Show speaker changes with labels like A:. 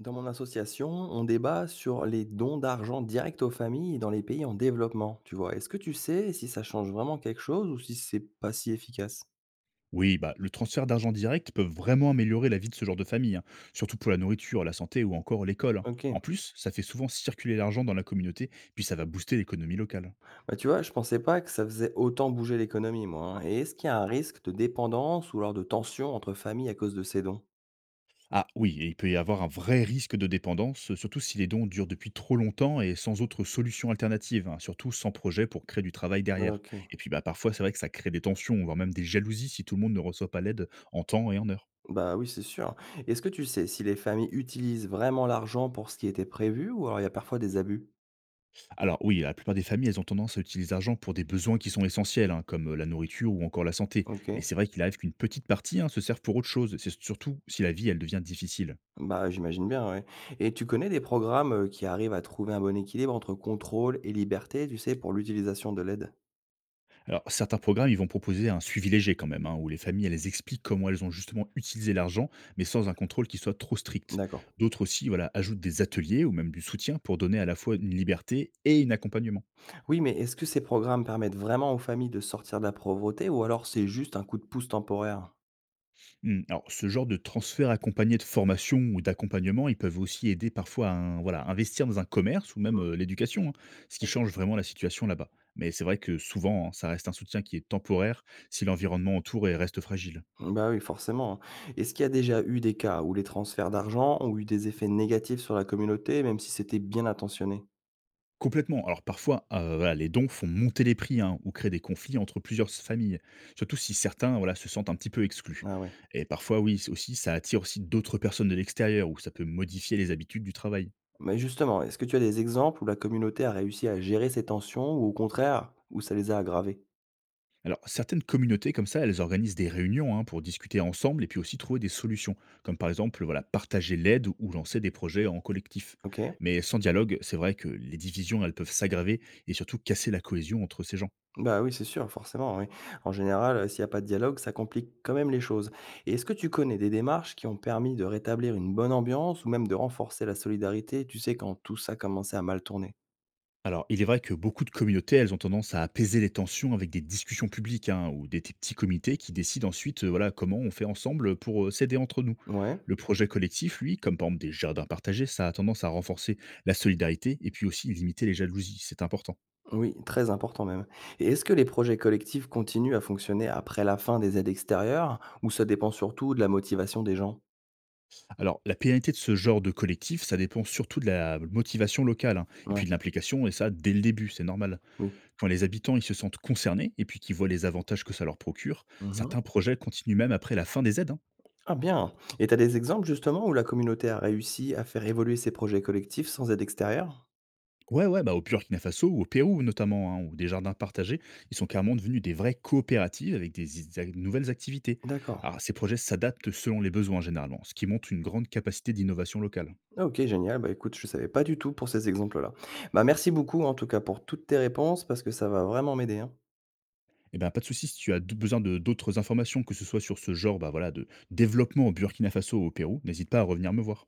A: Dans mon association, on débat sur les dons d'argent directs aux familles dans les pays en développement, tu vois. Est-ce que tu sais si ça change vraiment quelque chose ou si c'est pas si efficace?
B: Oui, bah, le transfert d'argent direct peut vraiment améliorer la vie de ce genre de famille, hein, surtout pour la nourriture, la santé ou encore l'école. Hein.
A: Ok.
B: En plus, ça fait souvent circuler l'argent dans la communauté, puis ça va booster l'économie locale.
A: Bah, tu vois, je pensais pas que ça faisait autant bouger l'économie, moi, hein. Et est-ce qu'il y a un risque de dépendance ou alors de tension entre familles à cause de ces dons?
B: Ah oui, et il peut y avoir un vrai risque de dépendance, surtout si les dons durent depuis trop longtemps et sans autre solution alternative, hein, surtout sans projet pour créer du travail derrière.
A: Ok.
B: Et puis bah, parfois, c'est vrai que ça crée des tensions, voire même des jalousies si tout le monde ne reçoit pas l'aide en temps et en heure.
A: Bah oui, c'est sûr. Est-ce que tu sais si les familles utilisent vraiment l'argent pour ce qui était prévu ou alors il y a parfois des abus?
B: Alors oui, la plupart des familles, elles ont tendance à utiliser l'argent pour des besoins qui sont essentiels, hein, comme la nourriture ou encore la santé. Mais
A: Ok.
B: c'est vrai qu'il arrive qu'une petite partie hein, se serve pour autre chose. C'est surtout si la vie, elle devient difficile.
A: Bah, j'imagine bien, ouais. Et tu connais des programmes, qui arrivent à trouver un bon équilibre entre contrôle et liberté, tu sais, pour l'utilisation de l'aide?
B: Alors certains programmes, ils vont proposer un suivi léger quand même, hein, où les familles, elles expliquent comment elles ont justement utilisé l'argent, mais sans un contrôle qui soit trop strict.
A: D'accord.
B: D'autres aussi, voilà, ajoutent des ateliers ou même du soutien pour donner à la fois une liberté et un accompagnement.
A: Oui, mais est-ce que ces programmes permettent vraiment aux familles de sortir de la pauvreté ou alors c'est juste un coup de pouce temporaire?
B: Mmh, alors ce genre de transfert accompagné de formation ou d'accompagnement, ils peuvent aussi aider parfois à voilà, investir dans un commerce ou même
A: Mmh,
B: l'éducation, hein, ce qui
A: OK.
B: change vraiment la situation là-bas. Mais c'est vrai que souvent, hein, ça reste un soutien qui est temporaire si l'environnement autour et reste fragile.
A: Bah, oui, forcément, hein. Est-ce qu'il y a déjà eu des cas où les transferts d'argent ont eu des effets négatifs sur la communauté, même si c'était bien intentionné?
B: Complètement. Alors parfois, voilà, les dons font monter les prix hein, ou créent des conflits entre plusieurs familles, surtout si certains voilà, se sentent un petit peu exclus.
A: Ah ouais.
B: Et parfois, oui, aussi, ça attire aussi d'autres personnes de l'extérieur ou ça peut modifier les habitudes du travail.
A: Mais justement, est-ce que tu as des exemples où la communauté a réussi à gérer ces tensions ou au contraire, où ça les a aggravées?
B: Alors, certaines communautés comme ça, elles organisent des réunions hein, pour discuter ensemble et puis aussi trouver des solutions, comme par exemple voilà, partager l'aide ou lancer des projets en collectif.
A: OK.
B: Mais sans dialogue, c'est vrai que les divisions, elles peuvent s'aggraver et surtout casser la cohésion entre ces gens.
A: Bah, oui, c'est sûr, forcément, oui. En général, s'il y a pas de dialogue, ça complique quand même les choses. Et est-ce que tu connais des démarches qui ont permis de rétablir une bonne ambiance ou même de renforcer la solidarité, tu sais, quand tout ça commençait à mal tourner?
B: Alors, il est vrai que beaucoup de communautés, elles ont tendance à apaiser les tensions avec des discussions publiques hein, ou des petits comités qui décident ensuite voilà, comment on fait ensemble pour s'aider entre nous.
A: Ouais,
B: Le projet collectif, lui, comme par exemple des jardins partagés, ça a tendance à renforcer la solidarité et puis aussi limiter les jalousies, c'est important.
A: oui, très important même. Et est-ce que les projets collectifs continuent à fonctionner après la fin des aides extérieures ou ça dépend surtout de la motivation des gens?
B: Alors, la pérennité de ce genre de collectif, ça dépend surtout de la motivation locale hein, et
A: Ouais,
B: puis de l'implication, et ça dès le début, c'est normal.
A: oui.
B: Quand les habitants ils se sentent concernés et puis qu'ils voient les avantages que ça leur procure,
A: Mmh.
B: certains projets continuent même après la fin des aides. Hein.
A: Ah bien, et tu as des exemples justement où la communauté a réussi à faire évoluer ses projets collectifs sans aide extérieure?
B: Ouais, ouais, bah, au Burkina Faso ou au Pérou notamment, hein, ou des jardins partagés, ils sont carrément devenus des vraies coopératives avec des nouvelles activités.
A: D'accord.
B: Alors, ces projets s'adaptent selon les besoins généralement, ce qui montre une grande capacité d'innovation locale.
A: Ah OK, génial. Bah, écoute, je ne savais pas du tout pour ces exemples-là. Bah, merci beaucoup en tout cas pour toutes tes réponses parce que ça va vraiment m'aider, hein.
B: Eh ben, pas de souci, si tu as besoin de d'autres informations, que ce soit sur ce genre bah, voilà, de développement au Burkina Faso ou au Pérou, n'hésite pas à revenir me voir.